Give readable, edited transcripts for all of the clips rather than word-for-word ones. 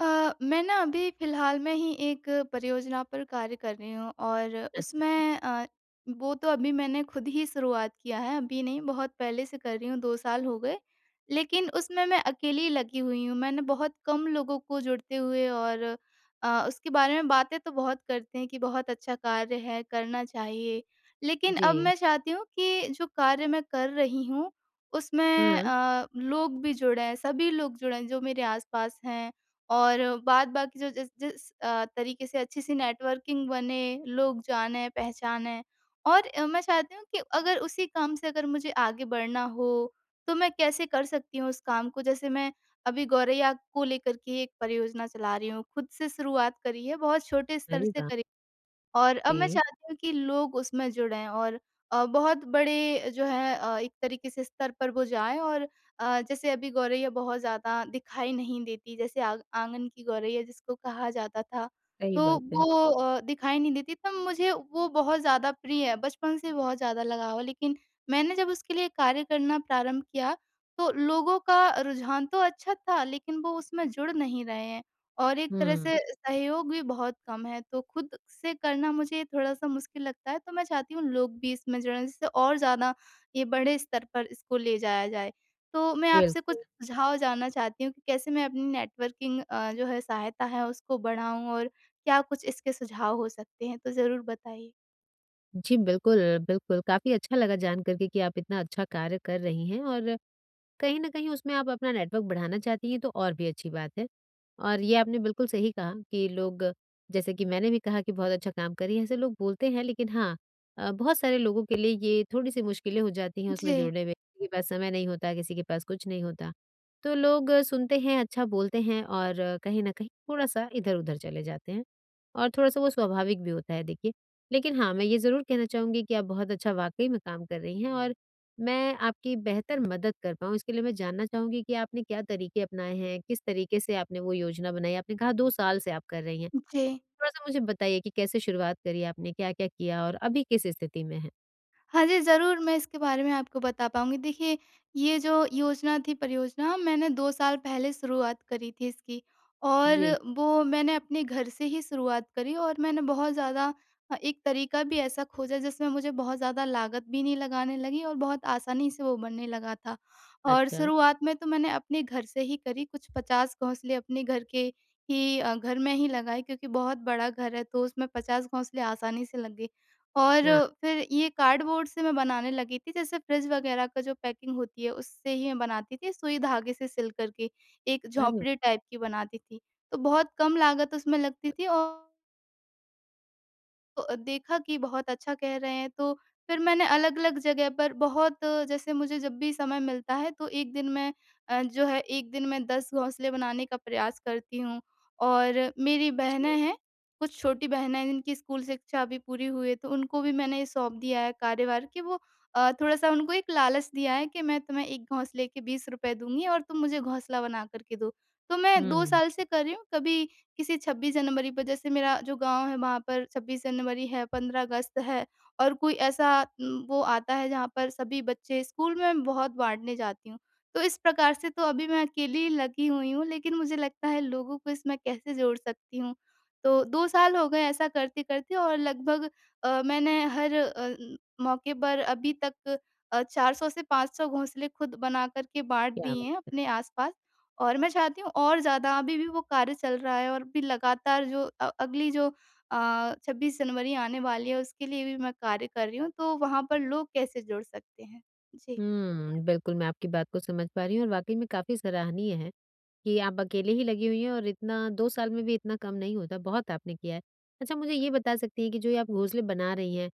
मैं ना अभी फ़िलहाल में ही एक परियोजना पर कार्य कर रही हूँ और अच्छ। उसमें वो तो अभी मैंने खुद ही शुरुआत किया है, अभी नहीं बहुत पहले से कर रही हूँ 2 साल हो गए। लेकिन उसमें मैं अकेली लगी हुई हूँ, मैंने बहुत कम लोगों को जुड़ते हुए और उसके बारे में बातें तो बहुत करते हैं कि बहुत अच्छा कार्य है, करना चाहिए। लेकिन जी। अब मैं चाहती हूँ कि जो कार्य मैं कर रही हूँ, उसमें हाँ। लोग भी जुड़ें, सभी लोग जुड़ें जो मेरे आस-पास हैं। और बात बाकी जो जिस जिस तरीके से अच्छी सी नेटवर्किंग बने, लोग जानें, पहचानें और मैं चाहती हूँ कि अगर उसी काम से अगर मुझे आगे बढ़ना हो, तो मैं कैसे कर सकती हूँ उस काम को? जैसे मैं अभी गौरैया को लेकर के एक परियोजना चला रही हूँ, खुद से शुरुआत करी है, बहुत छोटे स्तर अरे से वाह! करी और अब मैं जी, चाहती हूँ कि लोग उसमें जुड़ें और बहुत बड़े जो है एक तरीके से स्तर पर वो जाएँ और जैसे अभी गौरैया बहुत ज़्यादा दिखाई नहीं देती, जैसे आग आँगन की गौरैया जिसको कहा जाता था, सही तो बात है। वो दिखाई नहीं देती तब मुझे वो बहुत ज़्यादा प्रिय है, बचपन से बहुत ज़्यादा लगाव है। लेकिन मैंने जब उसके लिए कार्य करना प्रारंभ किया, तो लोगों का रुझान तो अच्छा था लेकिन वो उसमें जुड़ नहीं रहे हैं। और एक तरह हुँ, से जी। सहयोग भी बहुत कम है, तो खुद से करना मुझे थोड़ा-सा मुश्किल लगता है, तो मैं चाहती हूँ लोग भी इसमें जुड़ें, जिससे और ज़्यादा ये बड़े स्तर पर इसको ले जाया जाए। तो मैं आपसे कुछ बिल्कुल। सुझाव जानना चाहती हूँ कि कैसे मैं अपनी नेटवर्किंग जो है सहायता है उसको बढ़ाऊँ और क्या कुछ इसके सुझाव हो सकते हैं? तो ज़रूर बताइए। जी, बिल्कुल, बिल्कुल, काफ़ी अच्छा लगा जान कर के कि आप इतना अच्छा कार्य कर रही हैं और कहीं न कहीं उसमें आप अपना नेटवर्क बढ़ाना चाहती हैं तो और भी अच्छी बात है। और ये आपने बिल्कुल सही कहा कि लोग जैसे कि मैंने भी कहा कि बहुत अच्छा काम कर रही हैं, ऐसे लोग बोलते हैं लेकिन हाँ बहुत सारे लोगों के लिए ये थोड़ी-सी मुश्किलें हो जाती हैं उसमें जी, जुड़ने में, किसी के पास समय नहीं होता, किसी के पास कुछ नहीं होता। तो लोग सुनते हैं, अच्छा बोलते हैं और कहीं न कहीं थोड़ा-सा इधर-उधर चले जाते हैं और थोड़ा-सा वो स्वाभाविक भी होता है देखिए। लेकिन हाँ, मैं ये ज़रूर कहना चाहूँगी कि आप बहुत अच्छा वाक़ई में काम कर रही हैं और मैं आपकी बेहतर मदद कर पाऊँ इसके लिए मैं जानना चाहूँगी कि आपने क्या तरीके अपनाए हैं? किस तरीके से आपने वो योजना बनाई? आपने कहा 2 साल से आप कर रही हैं। जी। थोड़ा-सा मुझे बताइए कि कैसे शुरुआत करी आपने? क्या-क्या किया और अभी किस स्थिति में हैं? हाँ जी, ज़रूर मैं इसके बारे में आपको बता पाऊँगी। देखिए, ये जो योजना थी परियोजना मैंने 2 साल पहले शुरुआत करी थी इसकी और जी। वो मैंने अपने घर से ही शुरुआत करी और मैंने बहुत ज़्यादा एक तरीका भी ऐसा खोजा जिसमें मुझे बहुत ज़्यादा लागत भी नहीं लगाने लगी और बहुत आसानी से वो बनने लगा था। और अच्छा। शुरुआत में तो मैंने अपने घर से ही करी, कुछ 50 घोंसले अपने घर के ही घर में ही लगाए क्योंकि बहुत बड़ा घर है तो उसमें 50 घोंसले आसानी से लग गए। और हाँ। फिर ये कार्डबोर्ड से मैं बनाने लगी थी, जैसे फ्रिज वगैरह का जो पैकिंग होती है, उससे ही मैं बनाती थी, सुई धागे से सिल कर के, एक अरे! झोंपड़ी टाइप की बनाती थी। तो बहुत कम लागत उसमें लगती थी औ तो, देखा कि बहुत अच्छा कह रहे हैं, तो फिर मैंने अलग-अलग जगह पर बहुत जैसे मुझे जब भी समय मिलता है तो एक दिन मैं जो है 1 दिन मैं 10 घोंसले बनाने का प्रयास करती हूँ। और मेरी बहनें हैं, कुछ छोटी बहनें हैं जिनकी स्कूल शिक्षा अभी पूरी हुई है, तो उनको भी मैंने ये सौंप दिया है कार्यभार कि वो थोड़ा-सा उनको एक लालच दिया है कि मैं तुम्हें 1 घोंसले के ₹20 दूँगी और तुम मुझे घोंसला बना कर के दो। तो मैं 2 हुँ, साल से कर रही हूँ, कभी किसी 26 जनवरी पर जैसे मेरा जो गाँव है वहाँ पर 26 जनवरी है, 15 अगस्त है और कोई ऐसा वो आता है जहाँ पर सभी बच्चे स्कूल में मैं बहुत बाँटने जाती हूँ। तो इस प्रकार से तो अभी मैं अकेली लगी हुई हूँ, लेकिन मुझे लगता है लोगों को इसमें कैसे जोड़ सकती हूँ। तो 2 साल हो गए ऐसा करते-करते और लगभग मैंने हर मौके पर अभी तक 400 से 500 घोंसले खुद बना कर के बाँट क्या दिए हैं बात! अपने आस-पास। और मैं चाहती हूँ और ज़्यादा अभी भी वो कार्य चल रहा है और अभी लगातार जो अगली जो अ, 26 जनवरी आने वाली है उसके लिए भी मैं कार्य कर रही हूँ, तो वहाँ पर लोग कैसे जुड़ सकते हैं? जी। हुँ, बिल्कुल मैं आपकी बात को समझ पा रही हूँ और वाक़ई में काफ़ी सराहनीय है। कि आप अकेले ही लगी हुई हैं और इतना 2 साल में भी इतना कम नहीं होता, बहुत आपने किया है। अच्छा मुझे ये बता सकती हैं कि जो ये आप घोंसले बना रही हैं,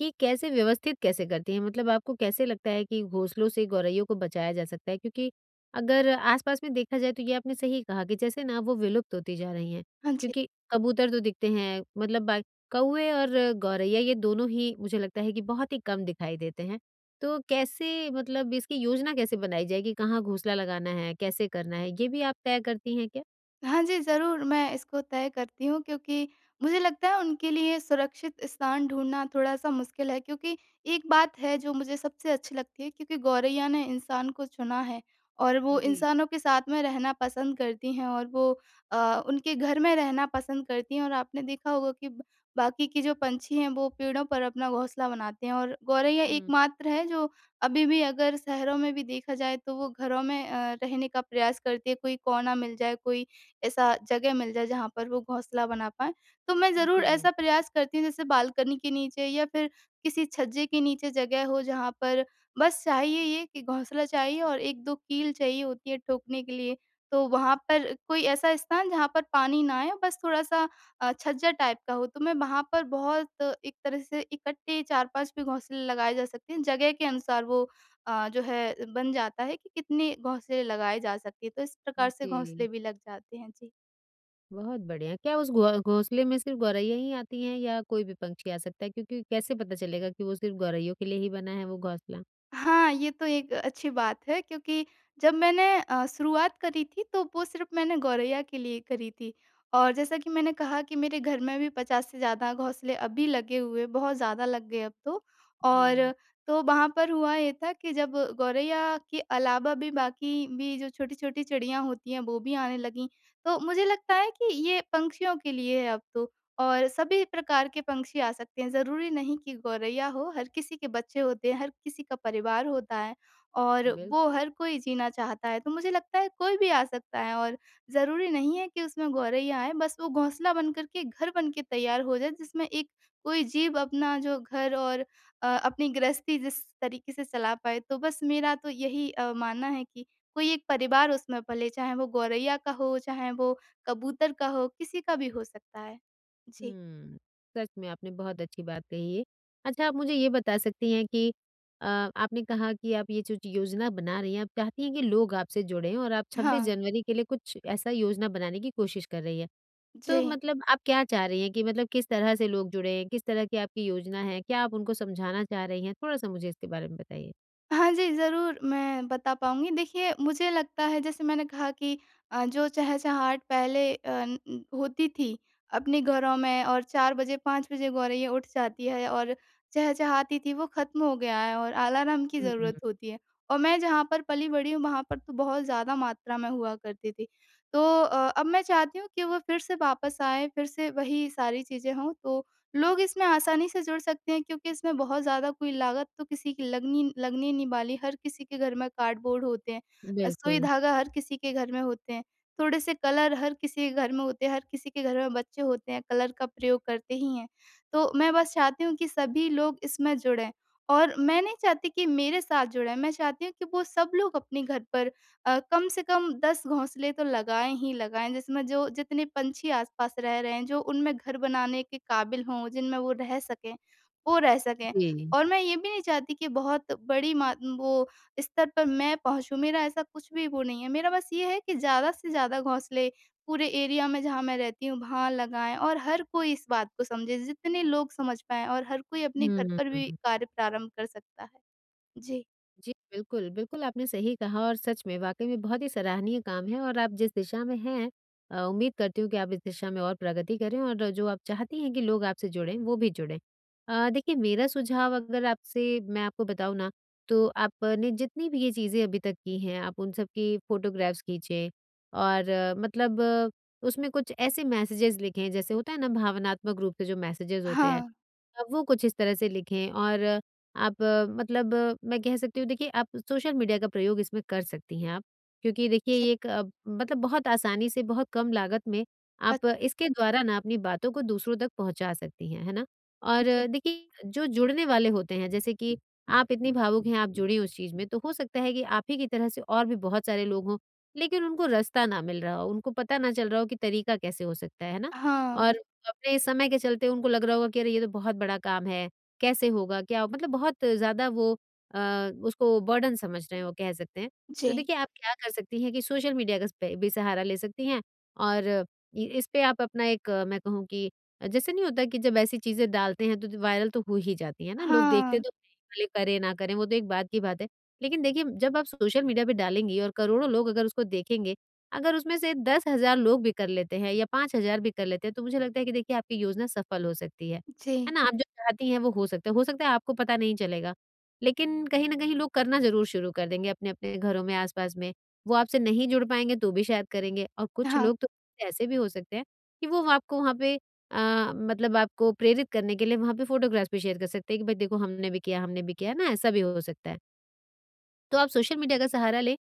ये कैसे व्यवस्थित कैसे करती हैं? मतलब आपको कैसे लगता है कि घोंसलों से गौरैयों को बचाया जा सकता है? क्योंकि अगर आस-पास में देखा जाए तो ये आपने सही कहा कि जैसे ना वो विलुप्त होती जा रही हैं, हाँ जी। क्योंकि कबूतर तो दिखते हैं मतलब बा कौवे और गौरैया ये दोनों ही मुझे लगता है कि बहुत ही कम दिखाई देते हैं तो कैसे मतलब इसकी योजना कैसे बनाई जाएगी? कहाँ घोंसला लगाना है, कैसे करना है, ये भी आप तय करती हैं क्या? हाँ जी, ज़रूर मैं इसको तय करती हूँ क्योंकि मुझे लगता है उनके लिए सुरक्षित स्थान ढूँढना थोड़ा-सा मुश्किल है क्योंकि एक बात है जो मुझे सबसे अच्छी लगती है क्योंकि गौरैया ने इंसान को चुना है और वो जी। इंसानों के साथ में रहना पसंद करती हैं और वो उनके घर में रहना पसंद करती हैं और आपने देखा होगा कि ब बाकी के जो पंछी हैं वो पेड़ों पर अपना घोंसला बनाते हैं और गौरैया हुँ, एकमात्र है जो अभी भी अगर शहरों में भी देखा जाए तो वो घरों में रहने का प्रयास करती है, कोई कोना मिल जाए, कोई ऐसा जगह मिल जाए जहाँ पर वो घोंसला बना पाएँ। तो मैं ज़रूर जी, ऐसा प्रयास करती हूँ जैसे बालकनी के नीचे या फिर किसी छज्जे के नीचे जगह हो जहाँ पर बस चाहिए ये कि घोंसला चाहिए और 1-2 कील चाहिए होती है ठोकने के लिए। तो वहाँ पर कोई ऐसा स्थान जहाँ पर पानी ना आए बस थोड़ा-सा छज्जा टाइप का हो तो मैं वहाँ पर बहुत एक तरह से इकट्ठे 4-5 भी घोंसले लगाए जा सकते हैं, जगह के अनुसार वो जो है बन जाता है कि कितने घोंसले लगाए जा सकते हैं, तो इस प्रकार से घोंसले जी। भी लग जाते हैं। जी। बहुत बढ़िया। क्या उस घो घोंसले में सिर्फ़ गौरैया ही आती हैं या कोई भी पंछी आ सकता है? क्योंकि कैसे पता चलेगा कि वो सिर्फ़ गौरैयों के लिए ही बना है वो घोंसला? हाँ, ये तो एक अच्छी बात है क्योंकि जब मैंने शुरुआत करी थी तो वो सिर्फ़ मैंने गौरैया के लिए करी थी और जैसा कि मैंने कहा कि मेरे घर में भी 50 से ज़्यादा घोंसले अभी लगे हुए हैं, बहुत ज़्यादा लग गए अब तो। जी। और तो वहाँ पर हुआ ये था कि जब गौरैया के अलावा भी बाकी भी जो छोटी-छोटी चिड़ियाँ होती हैं, वो भी आने लगीं, तो मुझे लगता है कि ये पंछियों के लिए है अब तो। और सभी प्रकार के पंक्षी आ सकते हैं, ज़रूरी नहीं कि गौरैया हो, हर किसी के बच्चे होते हैं, हर किसी का परिवार होता है और वो बिल्कुल। हर कोई जीना चाहता है। तो मुझे लगता है कोई भी आ सकता है और ज़रूरी नहीं है कि उसमें गौरैया आए, बस वो घोंसला बनकर के, घर बन के तैयार हो जाए जिसमें एक कोई जीव अपना जो घर और अपनी गृहस्थी जिस तरीके से चला पाए। तो बस मेरा तो यही मानना है कि कोई एक परिवार उसमें पले, चाहे वो गौरैया का हो, चाहे वो कबूतर का हो, किसी का भी हो सकता है। जी। हुँ, सच में आपने बहुत अच्छी बात कही है। अच्छा, आप मुझे ये बता सकती हैं कि अ, आपने कहा कि आप ये जो च योजना बना रही हैं, आप चाहती हैं कि लोग आपसे जुड़ें और आप 26 हाँ, जनवरी के लिए कुछ ऐसा योजना बनाने की कोशिश कर रही हैं। तो जी। मतलब आप क्या चाह रही हैं कि मतलब किस तरह से लोग जुड़ें? किस तरह की आपकी योजना है? क्या आप उनको समझाना चाह रही हैं? थोड़ा-सा मुझे इसके बारे में बताइए। हाँ जी, ज़रूर मैं बता पाऊँगी। देखिए, मुझे लगता है जैसे मैंने कहा कि जो चहचहाट पहले अ, न न- होती थी अपने घरों में और 4 बजे 5 बजे गौरैया उठ जाती है और चहचहाती थी वो ख़त्म हो गया है और अलार्म की हुँ, हुँ। ज़रूरत होती है। और मैं जहाँ पर पली-बड़ी हूँ वहाँ पर तो बहुत ज़्यादा मात्रा में हुआ करती थी। तो अब मैं चाहती हूँ कि वो फिर से वापस आए, फिर से वही सारी चीज़ें हों तो लोग इसमें आसानी से जुड़ सकते हैं क्योंकि इसमें बहुत ज़्यादा कोई लागत तो किसी की लगनी लगने नहीं वाली। हर किसी के घर में कार्डबोर्ड होते हैं, सुई बिल्कुल। धागा हर किसी के घर में होते हैं, थोड़े से कलर हर किसी के घर में होते हैं, हर किसी के घर में बच्चे होते हैं, कलर का प्रयोग करते ही हैं। तो मैं बस चाहती हूँ कि सभी लोग इसमें जुड़ें और मैं नहीं चाहती कि मेरे साथ जुड़ें, मैं चाहती हूँ कि वो सब लोग अपने घर पर कम से कम 10 घोंसले तो लगाएँ ही लगाएँ, जिसमें जो जितने पंछी आस-पास रह रहे हैं, जो उनमें घर बनाने के काबिल हों, जिनमें वो रह सकें, वो रह सकें। जी। और मैं ये भी नहीं चाहती कि बहुत बड़ी मा वो स्तर पर मैं पहुँचूँ, मेरा ऐसा कुछ भी वो नहीं है। मेरा बस ये है कि ज़्यादा से ज़्यादा घोंसले पूरे एरिया में जहाँ मैं रहती हूँ, वहाँ लगाएँ और हर कोई इस बात को समझे, जितने लोग समझ पाएँ और हर कोई अपने घर हुँ। पर भी कार्य प्रारंभ कर सकता है। जी। जी, बिल्कुल, बिल्कुल आपने सही कहा और सच में वाक़ई में बहुत ही सराहनीय काम है और आप जिस दिशा में हैं, उम्मीद करती हूँ कि आप इस दिशा में और प्रगति करें और जो आप चाहती हैं कि लोग आपसे जुड़ें, वो भी जुड़ें। देखिए मेरा सुझाव अगर आपसे मैं आपको बताऊँ ना, तो आपने जितनी भी ये चीज़ें अभी तक की हैं, आप उन सब की फ़ोटोग्राफ्स खींचें और उसमें कुछ ऐसे मैसेजेज़ लिखें, जैसे होता है ना भावनात्मक रूप से जो मैसेजेज़ होते हैं। हाँ। वो कुछ इस तरह से लिखें और आप मैं कह सकती हूँ देखिए आप सोशल मीडिया का प्रयोग इसमें कर सकती हैं आप क्योंकि देखिए जी। ये एक मतलब बहुत आसानी से बहुत कम लागत में आप अच्छा। इसके द्वारा ना अपनी बातों को दूसरों तक पहुँचा सकती हैं, है ना? और जी। देखिए जो जुड़ने वाले होते हैं जैसे कि आप इतनी भावुक हैं, आप जुड़ी उस चीज़ में तो हो सकता है कि आप ही की तरह से और भी बहुत सारे लोग हों, लेकिन उनको रास्ता ना मिल रहा हो, उनको पता ना चल रहा हो कि तरीका कैसे हो सकता है ना? हाँ। और अपने समय के चलते उनको लग रहा होगा कि अरे ये तो बहुत बड़ा काम है, कैसे होगा? क्या होगा? मतलब बहुत ज़्यादा वो उसको बर्डन समझ रहे हो कह सकते हैं। तो जी। देखिए आप क्या कर सकती हैं कि सोशल मीडिया का स भी सहारा ले सकती हैं और इ इस पे आप अपना एक मैं कहूँ कि जैसे नहीं होता कि जब ऐसी चीज़ें डालते हैं तो वायरल तो हो ही जाती है ना, लोग हाँ, देखते तो हैं ही, भले करें ना करें वो तो एक बात की बात है। लेकिन देखिए जब आप सोशल मीडिया पे डालेंगी और करोड़ों लोग अगर उसको देखेंगे, अगर उसमें से 10,000 लोग भी कर लेते हैं या 5,000 भी कर लेते हैं, तो मुझे लगता है कि देखिए आपकी योजना सफल हो सकती है। जी। है ना? आप जो चाहती हैं वो हो सकता है। हो सकता है आपको पता नहीं चलेगा, लेकिन कहीं न कहीं लोग करना ज़रूर शुरू कर देंगे अपने-अपने घरों में, आस-पास में। वो आपसे नहीं जुड़ पाएँगे तो भी शायद करेंगे और कुछ हाँ, लोग तो ऐसे भी हो सकते हैं कि वो आपको वहाँ पे अ, मतलब आपको प्रेरित करने के लिए वहाँ पे फ़ोटोग्राफ़्स भी शेयर कर सकते हैं कि भाई देखो हमने भी किया, हमने भी किया। है ना? ऐसा भी हो सकता है। तो आप सोशल मीडिया का सहारा लें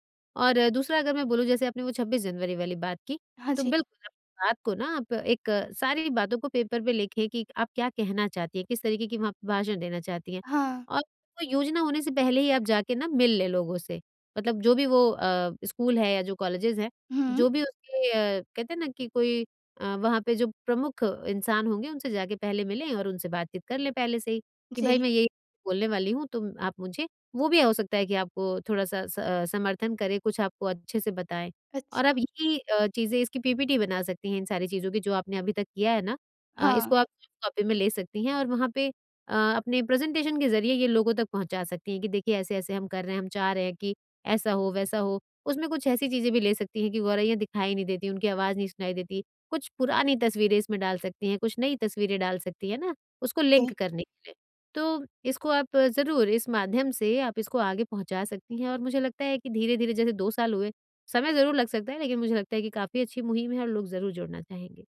और दूसरा अगर मैं बोलूँ जैसे आपने वो 26 जनवरी वाली बात की, हाँ तो जी। बिल्कुल आप बात को ना आप एक सारी बातों को पेपर पे लिखें कि आप क्या कहना चाहती हैं, किस तरीके की वहाँ पे भाषण देना चाहती हैं। हाँ। और वो योजना होने से पहले ही आप जाके ना मिल लें लोगों से, मतलब जो भी वो स्कूल है या जो कॉलेजेज़ हैं, हुँ, जो भी उसके कहते हैं ना कि कोई वहाँ पे जो प्रमुख इंसान होंगे उनसे जाके पहले मिलें और उनसे बातचीत कर लें पहले से ही, कि जी। भाई मैं ये बोलने वाली हूँ, तुम आप मुझे वो भी हो सकता है कि आपको थोड़ा-सा समर्थन करे, कुछ आपको अच्छे से बताएँ। और आप अच्छा। ये चीज़ें इसकी PPT बना सकती हैं इन सारी चीज़ों की जो आपने अभी तक किया है ना, हाँ, इसको आप सॉफ्ट कॉपी में ले सकती हैं और वहाँ पे अपने प्रेज़ेंटेशन के ज़रिए ये लोगों तक पहुँचा सकती हैं कि देखिए ऐसे-ऐसे हम कर रहे हैं, हम चाह रहे हैं कि ऐसा हो, वैसा हो। उसमें कुछ ऐसी चीज़ें भी ले सकती हैं कि गौरैया दिखाई नहीं देती, उनकी आवाज़ नहीं सुनाई देती। कुछ पुरानी तस्वीरें इसमें डाल सकती हैं, कुछ नई तस्वीरें डाल सकती हैं ना, उसको जी। लिंक करने के लिए। तो इसको आप ज़रूर इस माध्यम से आप इसको आगे पहुँचा सकती हैं और मुझे लगता है कि धीरे-धीरे जैसे 2 साल हुए, समय ज़रूर लग सकता है लेकिन मुझे लगता है कि काफ़ी अच्छी मुहिम है और लोग ज़रूर जुड़ना चाहेंगे।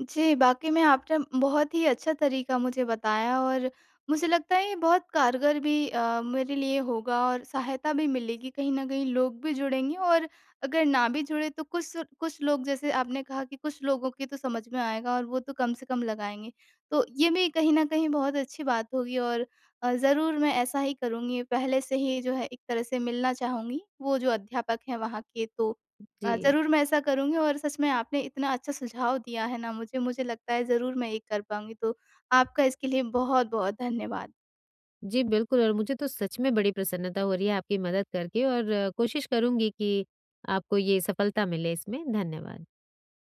जी, वाक़ई में आपने बहुत ही अच्छा तरीका मुझे बताया और मुझे लगता है ये बहुत कारगर भी मेरे लिए होगा और सहायता भी मिलेगी। कहीं न कहीं लोग भी जुड़ेंगे और अगर ना भी जुड़े तो कुछ कुछ लोग जैसे आपने कहा कि कुछ लोगों की तो समझ में आएगा और वो तो कम से कम लगाएँगे। तो ये भी कहीं न कहीं बहुत अच्छी बात होगी और ज़रूर मैं ऐसा ही करूँगी। पहले से ही जो है एक तरह से मिलना चाहूँगी, वो जो अध्यापक हैं वहाँ के तो जी। ज़रूर मैं ऐसा करूँगी और सच में आपने इतना अच्छा सुझाव दिया है ना मुझे, मुझे लगता है ज़रूर मैं ये कर पाऊँगी। तो आपका इसके लिए बहुत-बहुत धन्यवाद। जी, बिल्कुल और मुझे तो सच में बड़ी प्रसन्नता हो रही है आपकी मदद करके और कोशिश करूँगी कि आपको ये सफलता मिले इसमें। धन्यवाद।